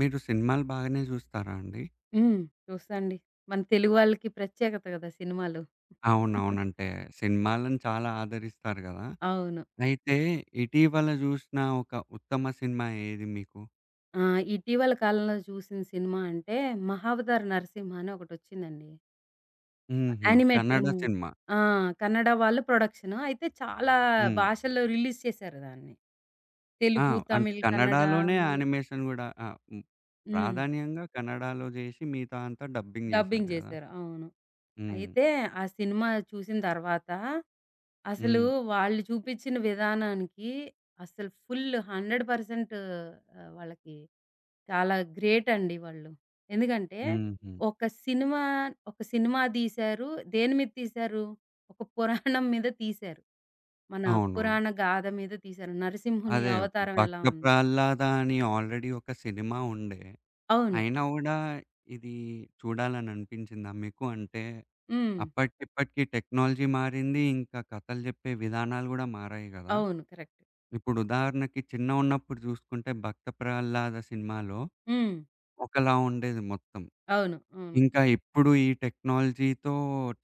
మీరు సినిమాలు బాగానే జూస్తారా అండి? హ్మ్. చూస్తాండి. మన తెలుగు వాళ్ళకి ప్రత్యేకత గదా! సినిమాలు. అవునవునంటే సినిమాలను చాలా ఆదరిస్తారు గదా! అవును. అయితే ఇటీవల జూసిన ఒక ఉత్తమ సినిమా ఏది మీకు? ఆ! ఇటీవల కాలంలో చూసిన సినిమా అంటే 'మహావతార్ నరసింహ' అని ఒకటొచ్చిందండి. హుహు. Animated Kannada movie. సినిమా. ఆ! కన్నడ వాళ్ళు ప్రొడక్షను. అయితే చాలా హ్మ్. భాషల్లో రిలీజ్ చేశారు దాన్ని. ఆ! తెలుగు, అంటే తమిళ్, కన్నడ. కన్నడలోనే మళ్ యానిమేషన్ గూడా ఆ! హ్మ్. హ్మ్. ప్రాధాన్యంగా కన్నడలో జేసి మిగతా అంతా డబ్బింగ్ జేశారు డబ్బింగ్ గదా! జేశారు. అవును. హ్మ్. అయితే ఆ సినిమా చూసిన తర్వాత అసలు హ్మ్. వాళ్ళు చూపిచ్చిన విధానానికి అసలు ఫుల్ 100% వాళ్ళకి చాలా గ్రేట్ అండి వాళ్ళు. ఎందుకంటే హుహు. ఒక సినిమా, ఒక సినిమా తీశారు. దేని మీద తీశారు? ఒక పురాణం మీద తీశారు. మన అవును. పురాణ గాథ మీద తీశారు. నరసింహుని అదే అవతారం ఎలా 'భక్త ఉంది. ప్రహ్లాద' అని ఆల్రెడీ ఒక సినిమా ఉండే అవును. అయినా గూడా ఇది చూడాలని అనిపించిందా మీకు? అంటే హ్మ్. అప్పటికిప్పటికి టెక్నాలజీ మారింది. ఇంకా కథలు జెప్పే విధానాలు గూడా మారాయి గదా! అవును. కరెక్ట్. ఇప్పుడు ఉదాహరణకి చిన్నగున్నప్పుడు జూసుకుంటే 'భక్త ప్రహ్లాద' సినిమాలో హ్మ్. ఒకలా ఉండేది మొత్తం. అవును. అవును. ఇంకా ఇప్పుడు ఈ టెక్నాలజీతో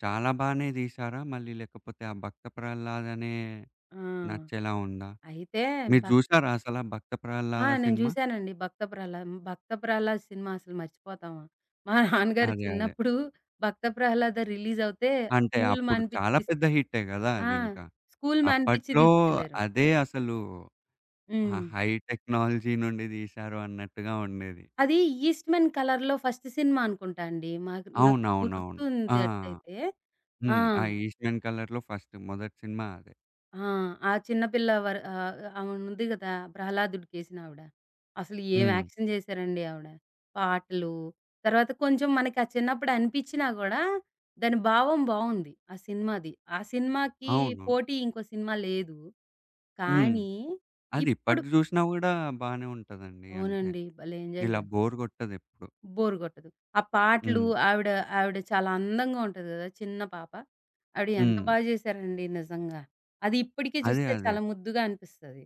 చాలా బానే తీశారా? మళ్ళీ లేకపోతే ఆ 'భక్త ప్రహ్లాద్' అనే ఆ! నచ్చేలా ఉందా? అయితే మీరు భక్ జూసారా అసలా 'భక్త ఆ! ప్రహ్లాద' నేను సినిమా? జూసానండి 'భక్త ప్రహ్లాద్'. 'భక్త ప్రహ్లాద్' సినిమా అసలు మర్చిపోతామా? మా నాన్నగారు అదే. అదే. చిన్నప్పుడు 'భక్త ప్రహ్లాద' రిలీజ్ అవుతే అంటే స్కూల్ అప్పుడు మానిపిచ్చి చాలా తీస్ పెద్ద హిట్టే గదా! ఆ! అదింకా. స్కూల్ మానిపిచ్చి అప్పట్లో తీసుకెళ్లారు. అదే అసలు హ్మ్. హై టెక్నాలజీ నుండి తీశారు అన్నట్టుగా ఉండేది. అది 'ఈస్ట్‌మెన్ కలర్‌లో' ఫస్ట్ సినిమా అనుకుంటా అండి. నాకు అవునవునవును. ఆ! గుర్తుందట్టయితే. ఆ! హ్మ్. ఆ 'ఈస్ట్‌మెన్ కలర్‌లో' ఫస్ట్ మొదటి సినిమా అదే. ఆ! ఆ చిన్న పిల్ల ఆమెనుంది గదా! ప్రహ్లాదుడికేసినావిడ. అసలు ఏం హ్మ్. యాక్షన్ జేశారండి ఆవిడ. పాటలు, తర్వాత కొంచెం మనకా చిన్నప్పుడు అనిపిచ్చినా గూడా, దాని భావం బావుంది ఆ సినిమాది. ఆ సినిమాకి అవునవును. పోటీ ఇంకో సినిమా లేదు. హ్మ్. కానీ అది ఇప్పుడు ఇప్పటికి చూసినా గూడా బానే ఉంటదండి. అంటే అవునండి. భలే ఎంజాయ్ ఇలా జేస్తాం. బోర్ కొట్టదెప్పుడు. బోర్ గొట్టదు. ఆ పాటలు హ్మ్. ఆవిడ, ఆవిడ చాలా అందంగా ఉంటది గదా! చిన్న పాప. ఆవిడ ఎంత హ్మ్. బా జేశారండి నిజంగా. అది ఇప్పటికి అదే. చూస్తే అదే. చాలా ముద్దుగా అనిపిస్తది.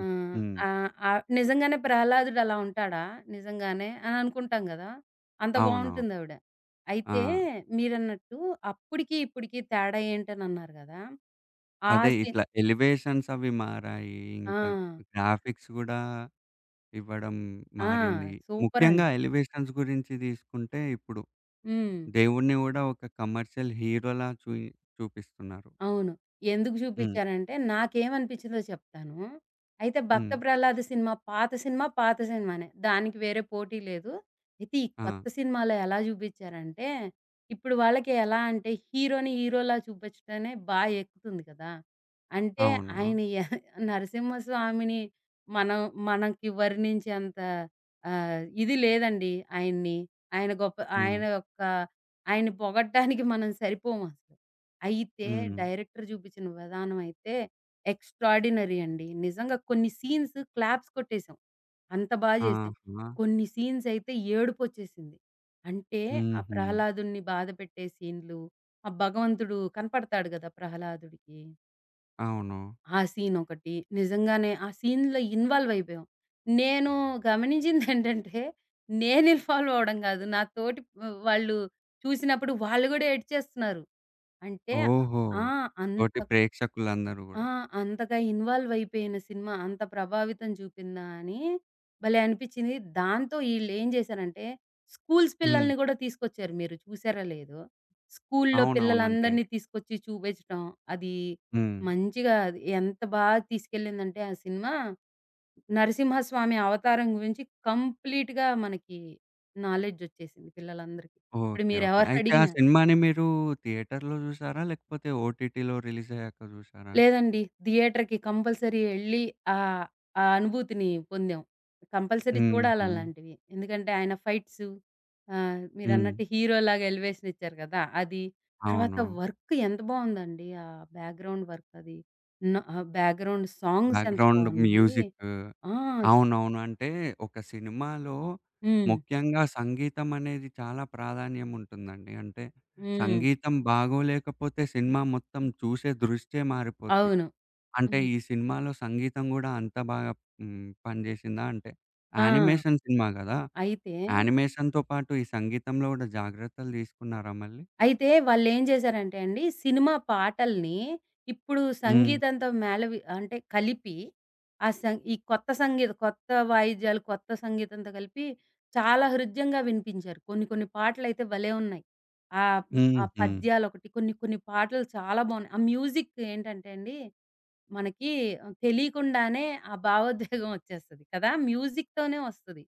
ఆహ్, హ్మ్. ఆహ్, ఆహ్, నిజంగానే 'ప్రహ్లాదుడు' అలా ఉంటాడా? నిజంగానే అని అనుకుంటాం గదా! అంత అవునవును. బావుంటుందావిడ. ఆ! అయితే మీరన్నట్టు అప్పటికి, ఇప్పటికి తేడా ఏంటని అన్నారు గదా! ఆ అదే సీన్ ఇట్లా ఎలివేషన్స్ అవి మారాయి. ఆ! ఇంకా గ్రాఫిక్స్ గూడా ఇవ్వడం ఆ! మారింది. ముఖ్యంగా సూపరండి. ఎలివేషన్స్ గురించి తీసుకుంటే ఇప్పుడు హ్మ్. దేవుడిని గూడా ఒక కమర్షియల్ హీరోలా చూపిస్తున్నారు. అవును. ఎందుకు హ్మ్. చూపిచ్చారంటే, నాకేమనిపిచ్చిందో చెప్తాను. అయితే 'భక్త హ్మ్. ప్రహ్లాద' సినిమా పాత సినిమా, పాత సినిమానే. దానికి వేరే పోటీ లేదు. అయితే ఈ ఆ! కొత్త సినిమాలో ఎలా చూపిచ్చారంటే, ఇప్పుడు వాళ్ళకి ఎలా అంటే హీరోని హీరోలా చూపించడమే బా ఎక్కుతుంది కదా! అంటే అవును. ఆయన 'నరసింహస్వామిని' మనం మనకి వర్ణించేంత ఇది లేదండి ఆయన్ని. ఆయన గొప్ప హ్మ్. ఆయన యొక్క ఆయన్ని పొగడ్డానికి మనం సరిపోమసలు. అయితే హ్మ్. డైరెక్టర్ చూపించిన విధానం అయితే ఎక్స్ట్రార్డినరీ అండి. నిజంగా కొన్ని సీన్స్ క్లాప్స్ కొట్టేసాం. అంత బా చేశాం. ఆహా! కొన్ని సీన్స్ అయితే ఏడుపొచ్చేసింది. అంటే ఆ హుహు. ప్రహ్లాదుడిని బాధపెట్టే సీన్‌లు, ఆ భగవంతుడు కనపడతాడు కదా! ప్రహ్లాదుడికి. అవును. ఆ సీన్ ఒకటి. నిజంగానే ఆ సీన్‌లో ఇన్వాల్వ్ అయిపోయాం. నేను గమనించిందేంటంటే నేను ఇన్వాల్వ్ అవ్వడం కాదు. నా తోటి వాళ్ళు చూసినప్పుడు వాళ్ళు కూడా ఏడ్చేస్తున్నారు. అంటే ఓహో! ఆ! అంత తోటి ప్రేక్షకులందరూ ఆ! గూడా. అంతగా ఇన్వాల్వ్ అయిపోయిన సినిమా అంత ప్రభావితం చూపిందా అని భలే అనిపించింది. దాంతో ఈళ్ళేం చేశారంటే, స్కూల్స్ హ్మ్. పిల్లల్ని గూడా తీసుకొచ్చారు. మీరు చూసారో లేదో. స్కూల్‌లో అవునవును. అంటే పిల్లలందరినీ తీసుకొచ్చి చూపించటం. అది హ్మ్. మంచిగా అది ఎంత బాగా తీసుకెళ్ళిందంటే ఆ సినిమా, నరసింహస్వామి అవతారం గురించి కంప్లీట్‌గా మనకి నాలెడ్జ్ వచ్చేసింది పిల్లలందరికీ. ఇప్పుడు ఓకే. ఓకే. అయితే ఆ మీరెవరినడిగినా సినిమాని మీరు థియేటర్‌లో జూసారా? లేకపోతే ఓటీటీలో రిలీజ్ అయ్యాక జూసారా? లేదండి. థియేటర్‌కి కంపల్సరీ ఎళ్లి ఆహ్, ఆ అనుభూతిని పొందాం. కంపల్సరీ హుహు. చూడాలలాంటివి. ఎందుకంటే ఆయన ఫైట్సు హ్మ్. మీరన్నట్టు హీరోలాగా ఎలివేషన్ ఇచ్చారు కదా! అది. తర్వాత అవును. వర్క్ ఎంత బావుందండి. ఆ బ్యాక్‌గ్రౌండ్ వర్క్ అది. బ్యాక్‌గ్రౌండ్ సాంగ్స్ ఎంత బ్యాక్‌గ్రౌండ్ బావున్నాయి. మ్యూజిక్. ఆ! అవునవును. అంటే ఒక సినిమాలో హ్మ్. ముఖ్యంగా సంగీతం అనేది చాలా ప్రాధాన్యం ఉంటుందండి. అంటే హ్మ్. సంగీతం బాగోలేకపోతే సినిమా మొత్తం చూసే దృష్టే మారిపోద్ది. అవును. అంటే హ్మ్. ఈ సినిమాలో సంగీతం గూడా అంత బాగా హ్మ్. పనిచేసిందా అంటే ఆ! యానిమేషన్ సినిమా గదా! అయితే యానిమేషన్‌తో పాటు ఈ సంగీతంలో గూడా జాగ్రత్తలు తీసుకున్నారా మళ్ళీ? అయితే వాళ్ళేం జేశారంటే అండి, సినిమా పాటల్ని ఇప్పుడు హ్మ్. సంగీతంతో మేళవి అంటే కలిపి, ఆ సం ఈ కొత్త సంగీత కొత్త వాయిద్యాలు, కొత్త సంగీతంతో కలిపి చాలా హృద్యంగా వినిపించారు. కొన్ని కొన్ని పాటలైతే భలే ఉన్నాయి. ఆ హుహు. పద్యాలొకటి కొన్ని కొన్ని పాటలు చాలా బావున్నాయి. ఆ మ్యూజిక్ ఏంటంటే అండి, మనకి తెలియకుండానే ఆ భావోద్వేగం ఒచ్చేస్తది కదా! మ్యూజిక్‌తోనే వస్తది.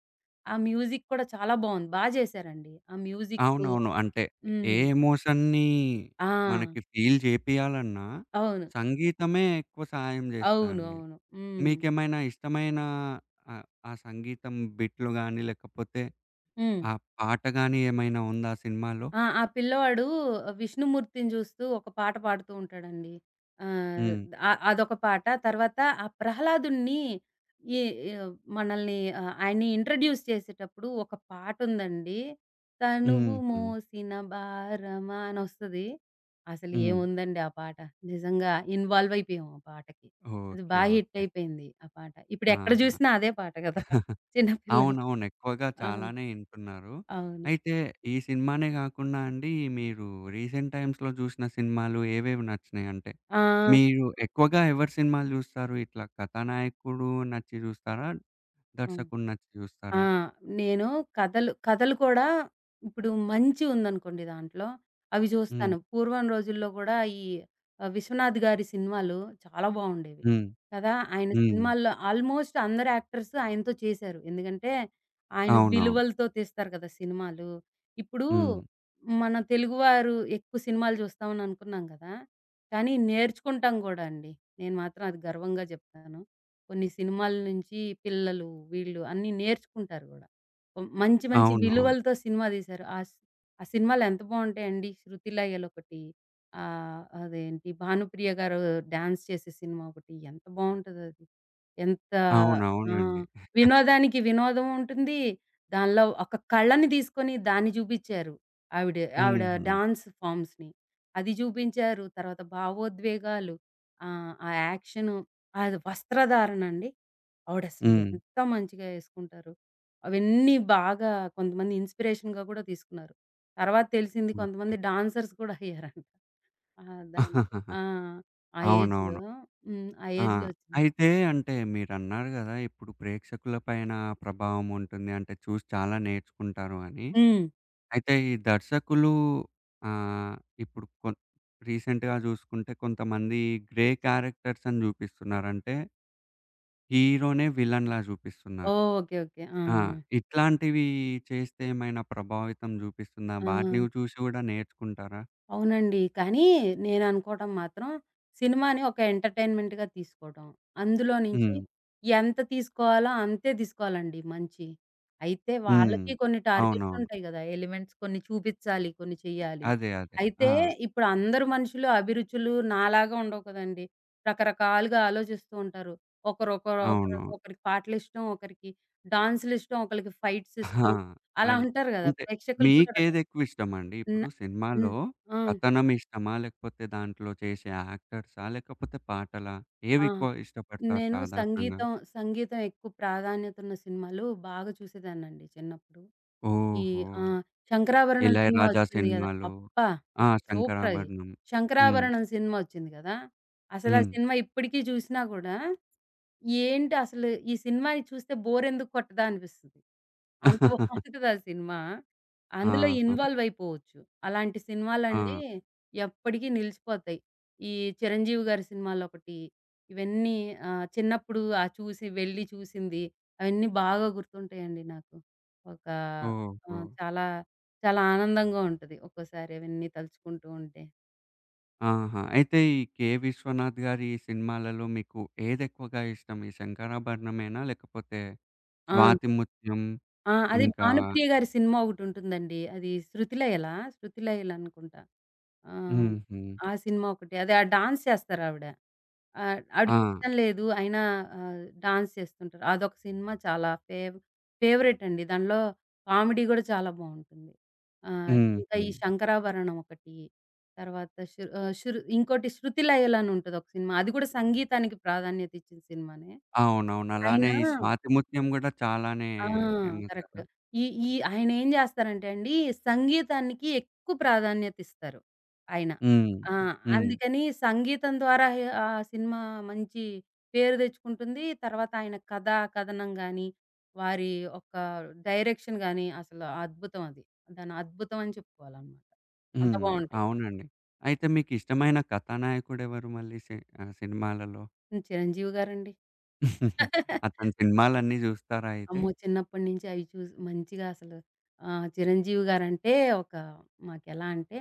ఆ మ్యూజిక్ కూడా చాలా బావుంది. బా జేశారండి. ఆ మ్యూజిక్కు అవునవును. అంటే ఏ హ్మ్. ఎమోషన్‌ని ఆ! మనకి ఫీల్ చేపియాలన్నా అవును. సంగీతమే ఎక్కువ సహాయం అవును. చేస్తదండి. అవును. హ్మ్. మీకేమైనా ఇష్టమైన ఆ సంగీతం బిట్లు గాని, లేకపోతే హ్మ్. ఆ పాట గాని ఏమైనా ఉందా సినిమాలో? ఆ! ఆ పిల్లవాడు విష్ణుమూర్తిని జూస్తూ ఒక పాట పాడుతూ ఉంటాడండి. ఆహ్, హ్మ్. అ అదొక పాట. తర్వాత ఆ ప్రహ్లాదుడిని ఈ ఆహ్, మనల్ని ఆయన్ని ఇంట్రొడ్యూస్ చేసేటప్పుడు ఒక పాటుందండి. హుహు. 'తనువు హ్మ్. మోసిన భారమా' అనొస్తది. అసలు హ్మ్. ఏముందండి ఆ పాట. నిజంగా ఇన్వాల్వ్ అయిపోయాం ఆ పాటకి. అది ఓకే. బా హిట్ ఓకే. అయిపోయింది ఆ పాట. ఇప్పుడెక్కడ ఆహా! జూసినా అదే పాట గదా! చిన్న పిల్లలకి. అవునవును. ఎక్కువగా ఆ! చాలానే వింటున్నారు. అవును. అయితే ఈ సినిమానే కాకుండా అండి మీరు రీసెంట్ టైమ్స్‌లో చూసిన సినిమాలు ఏవేవి నచ్చినాయి అంటే? ఆ! మీరు ఎక్కువగా ఎవరి సినిమాలు చూస్తారు? ఇట్లా కథానాయకుడు నచ్చి చూస్తారా? హ్మ్. దర్శకుడు నచ్చి ఆ! చూస్తారా? నేను కథలు కూడా ఇప్పుడు మంచి ఉందనుకోండి దాంట్లో, అవి హ్మ్. చూస్తాను. పూర్వం రోజుల్లో కూడా ఈ విశ్వనాథ్ గారి సినిమాలు చాలా బావుండేవి హ్మ్. కదా! ఆయన హ్మ్. సినిమాల్లో ఆల్మోస్ట్ అందరు యాక్టర్స్ ఆయనతో చేశారు. ఎందుకంటే, ఆయన అవునవును. విలువలతో తీస్తారు కదా సినిమాలు. ఇప్పుడు హ్మ్. మన తెలుగువారు ఎక్కువ సినిమాలు చూస్తామని అనుకున్నాం కదా! కానీ నేర్చుకుంటాం కూడా అండి. నేను మాత్రం అది గర్వంగా చెప్తాను. కొన్ని సినిమాల నుంచి పిల్లలు, వీళ్ళు అన్నీ నేర్చుకుంటారు గూడా. హ్మ్. మంచి మంచి అవునవును. విలువలతో సినిమా తీశారు. ఆ సినిమాలు ఎంత బావుంటాయండి. 'శృతిలయ'లొకటి అదేంటి 'భానుప్రియ' గారు డాన్స్ చేసే సినిమా ఒకటి. ఎంత బావుంటదది. ఎంత ఆ! అవునవునండి. వినోదానికి వినోదం ఉంటుంది. దానిలో ఒక కళని తీసుకొని దాన్ని చూపిచ్చారు. ఆవిడ ఆవిడ హుహు. డాన్స్ ఫార్మ్స్‌ని. అది చూపించారు. తర్వాత భావోద్వేగాలు, ఆ యాక్షను అది వస్త్రధారణ అండి. ఆవిడసలు హ్మ్. ఎంత మంచిగా యేసుకుంటారు. అవన్నీ బాగా కొంతమంది ఇన్‌స్పిరేషన్‌గా గూడా తీసుకున్నారు. తర్వాత తెలిసింది ఓహ్! కొంతమంది డాన్సర్స్ కూడా అయ్యారంట. ఆ! దాన్ని ఆ! ఆ ఏజ్‌లో అవునవును. హ్మ్. ఆ ఆ! ఏజ్‌లో వచ్చిన అయితే అంటే మీరన్నారు గదా! ఇప్పుడు ప్రేక్షకుల పైన ప్రభావం ఉంటుంది. అంటే చూసి చాలా నేర్చుకుంటారు అని. హ్మ్. అయితే ఈ దర్శకులు ఆహ్, ఇప్పుడు రీసెంట్‌గా జూసుకుంటే కొంతమంది గ్రే క్యారెక్టర్స్ అని జూపిస్తున్నారు. అంటే హీరోనే విలన్‌లా జూపిస్తున్నారు. ఓహ్! ఓకే. ఓకే. ఆ! ఆ! ఇట్లాంటివి చేస్తే ఏమైనా ప్రభావితం జూపిస్తుందా? ఆ! వాటిని చూసి గూడా నేర్చుకుంటారా? అవునండి. కానీ నేననుకోవటం మాత్రం సినిమాని ఒక ఎంటర్‌టైన్‌మెంట్‌గా తీసుకోవటం. అందులో నుంచి హ్మ్. ఎంత తీసుకోవాలో అంతే తీసుకోవాలండి మంచి. అయితే హ్మ్. వాళ్ళకి కొన్ని టార్గెట్స్ అవునవును. ఉంటాయి గదా! ఎలిమెంట్స్ కొన్ని చూపిచ్చాలి, కొన్ని చెయ్యాలి. అదే. అదే. ఆ! అయితే ఇప్పుడు అందరు మనుషులు అభిరుచులు నాలాగా ఉండవు కదండీ. రకరకాలుగా ఆలోచిస్తూ ఉంటారు. ఒకరు ఒకరు ఒకరు అవును. ఒకరికి పాటలిష్టం, ఒకరికి డాన్సులిష్టం, ఒకళ్ళకి ఫైట్స్ ఆహా! ఇష్టం. అలా అదే. ఉంటారు గదా! అంటే ప్రేక్షకులు కూడా రక మీకేదెక్కువిష్టమండి? న ఇప్పుడు సినిమాలో హ్మ్. ఆ! కథనం ఇష్టమా? లేకపోతే దాంట్లో చేసే యాక్టర్సా? లేకపోతే పాటలా? ఆ! ఏవెక్కువ ఇష్టపడతారు నేను సాధారణంగా? సంగీతం, సంగీతం ఎక్కువ ప్రాధాన్యత ఉన్న సినిమాలు బాగా చూసేదాన్నండి చిన్నప్పుడు. ఈ ఓహో! ఆ! 'శంకరాభరణం' సినిమా 'ఇళయరాజా' వచ్చింది గదా! సినిమాలు. అబ్బా! ఆ! సూపర్ అది. 'శంకరాభరణం.' హ్మ్. 'శంకరాభరణం' సినిమా వచ్చింది గదా! అసలా హ్మ్. సినిమా ఇప్పటికి చూసినా గూడా, ఏంటి అసలు ఈ సినిమాని చూస్తే బోర్ ఎందుకు కొట్టదా అనిపిస్తది. అంత బావుంటది ఆ సినిమా. అందులో ఆహా! ఇన్వాల్వ్ అయిపోవచ్చు. అలాంటి ఆ! సినిమాలండి ఎప్పటికీ నిలిచిపోతాయి. ఈ 'చిరంజీవి' గారి సినిమాలొకటి, ఇవన్నీ చిన్నప్పుడు ఆ చూసి వెళ్ళి చూసింది అవన్నీ బాగా గుర్తుంటాయండి నాకు. ఒక ఆ! ఓహో! చాలా ఆనందంగా ఉంటది. ఒక్కోసారి అవన్నీ తలుచుకుంటూ ఉంటే. ఆహా! అయితే ఈ 'కె. విశ్వనాథ్' గారి సినిమాలలో మీకు ఏదెక్కువగా ఇష్టం? ఈ 'శంకరాభరణమేనా?' లేకపోతే ఆ! 'స్వాతి ముత్యం' ఆ! అది ఇంకా భానుప్రియ గారి సినిమా ఒకటుంటుందండి. అది 'శృతిలయలు' అనుకుంటా. ఆ! హుహు. ఆ సినిమా ఒకటి. అదే ఆ డాన్స్ చేస్తారావిడ. ఆ! ఆవిడకిష్టం లేదు. అయినా డాన్స్ చేస్తుంటారు. అదొక సినిమా చాలా ఫేవరెట్ అండి. దానిలో కామెడీ గూడా చాలా బావుంటుంది. ఆహ్, ఇంకా హుహు. ఈ 'శంకరాభరణం' ఒకటి. తర్వాత శృ ఆహ్, శృ ఇంకోటి 'శృతిలయలు' అని ఉంటదొక సినిమా. అది గూడా సంగీతానికి ప్రాధాన్యత ఇచ్చిన సినిమానే. అవునవును. అలానే అయినా ఈ స్వాతి ముత్యం గూడా చాలానే ఆ! ఫేమస్ కదా! కరెక్ట్. ఈ ఈ ఆయనేం జేస్తారంటే అండి, సంగీతానికి ఎక్కువ ప్రాధాన్యత ఇస్తారు ఆయన. హ్మ్. ఆ! హ్మ్. అందుకని సంగీతం ద్వారా ఆ సినిమా మంచి పేరు దెచ్చుకుంటుంది. తర్వాత ఆయన కథా కథనం గాని, వారి ఒక డైరెక్షన్ గాని అసలు అద్భుతం అది. దాని అద్భుతం అని చెప్పుకోవాలనమాట. అంత హ్మ్. బావుంటాయి. అవునండి. అయితే మీకిష్టమైన కథానాయకుడెవరు మళ్ళీ సినిమాలలో? హ్మ్. చిరంజీవి గారండి. అతని సినిమాలన్నీ జూస్తారా అయితే? అమ్మో! చిన్నప్పటి నుంచి అవి చూసి మంచిగా అసలు చిరంజీవి గారంటే ఒక మాకెలా అంటే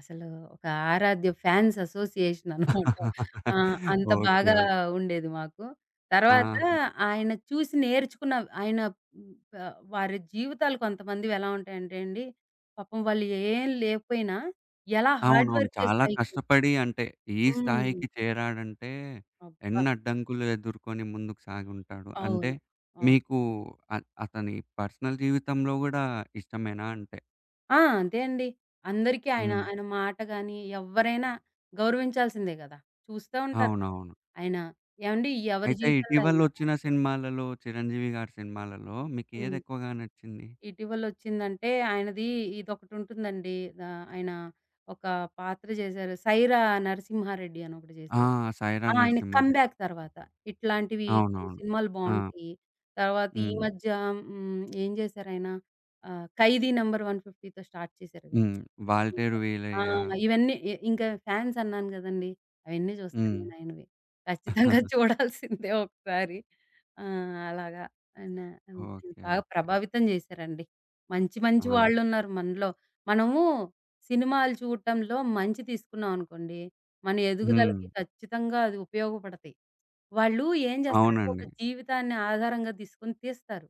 అసలు ఒక ఆరాధ్య ఫ్యాన్స్ అసోసియేషన్ అనమాట. ఆ! అంత ఓకే. బాగా ఓకే. ఉండేది మాకు. తర్వాత ఆహా! ఆయన చూసి నేర్చుకున్న ఆయన ప వారి జీవితాలు కొంతమందివి ఎలా ఉంటాయంటే అండి, పాపం వాళ్ళు ఏం లేకపోయినా ఎలా హార్డ్ అవునవును. వర్క్ చేసి చాలా పైకొచ్చు. కష్టపడి అంటే, ఈ హ్మ్. స్థాయికి చేరాడంటే, అబ్బా! ఎన్ని అడ్డంకులు ఎదుర్కొని ముందుకు సాగుంటాడు. అంటే, అవును. అవును. మీకు అ అతని పర్సనల్ జీవితంలో గూడా ఇష్టమేనా అంటే? ఆ! అంతే అండి. అందరికీ ఆయన, హ్మ్. ఆయన మాట గాని ఎవ్వరైనా గౌరవించాల్సిందే గదా! చూస్తా ఉంటారు కదా! అవునవును. ఆయన ఏవండీ ఎవరి అయితే జీవితంలో అయినా ఇటీవలొచ్చిన సినిమాలలో, చిరంజీవి గారి సినిమాలలో మీకేది హ్మ్. ఎక్కువగా నచ్చింది? ఇటీవలొచ్చిందంటే, ఆయనది ఇదొకటుంటుందండి. ఆయన ఒక పాత్ర జేశారు. 'సైరా నరసింహారెడ్డి' అని ఒకటి ఆ! జేశారు. 'సైరా ఆ! ఆయన నరసింహారెడ్డి'. కమ్‌బ్యాక్ తర్వాత. ఇట్లాంటివి కొన్ని అవునవును. సినిమాలు ఆ! బావుంటాయి. తర్వాత ఈ హ్మ్. మధ్య హ్మ్, ఏం జేశారాయన 'ఖైదీ నంబర్ 150'తో స్టార్ట్ చేశారు గదా! హ్మ్. 'వాల్టేరు ఇంకా ఆ! వీలయ్య' ఇవన్నీ ఇంకా ఫ్యాన్స్ అన్నాను గదండీ! అవన్నీ జూస్తాను హ్మ్. నేను ఆయనవి. ఖచ్చితంగా చూడాల్సిందే ఒకసారి. ఆ! అలాగా. ఆయన హ్మ్. ఓకే. బాగా ఓకే. ప్రభావితం జేశారండి. మంచి మంచి ఆ! వాళ్ళున్నారు మనలో. మనము సినిమాలు చూడటంలో మంచి తీసుకున్నాం అనుకోండి, మన హ్మ్. ఎదుగుదలకి ఖచ్చితంగా అది ఉపయోగపడతాయి. వాళ్ళు ఏం జేస్తారంటే ఒక అవునండి. జీవితాన్ని ఆధారంగా తీసుకొని తీస్తారు.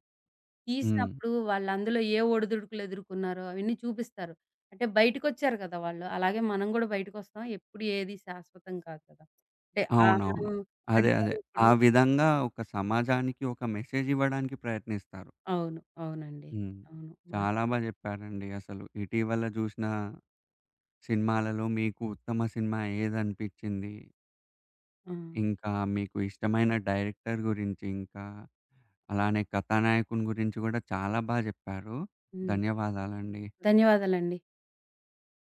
హ్మ్. తీసినప్పుడు వాళ్ళు అందులో ఏ ఒడిదుడుకులు ఎదుర్కొన్నారో అవన్నీ చూపిస్తారు. అంటే బయటికొచ్చారు కదా! వాళ్ళు. అలాగే మనం గూడా బయటికొస్తాం. ఎప్పుడు ఏది శాశ్వతం కాదు కదా! అంటే ఆ మనం అవునవును. అదే. అదే. పడిపోయినప్పుడు ఆ విధంగా ఒక సమాజానికి ఒక మెసేజ్ ఇవ్వడానికి ప్రయత్నిస్తారు. అవును. అవునండి. హ్మ్. అవును. చాలా బా జెప్పారండి అసలు. ఇటీవల జూసిన సినిమాలలో మీకు ఉత్తమ సినిమా ఏదనిపిచ్చింది? ఆ! ఇంకా మీకు ఇష్టమైన డైరెక్టర్ గురించి, ఇంకా అలానే కథానాయకుని గురించి గూడా చాలా బా జెప్పారు. హ్మ్. ధన్యవాదాలండి. ధన్యవాదాలండి.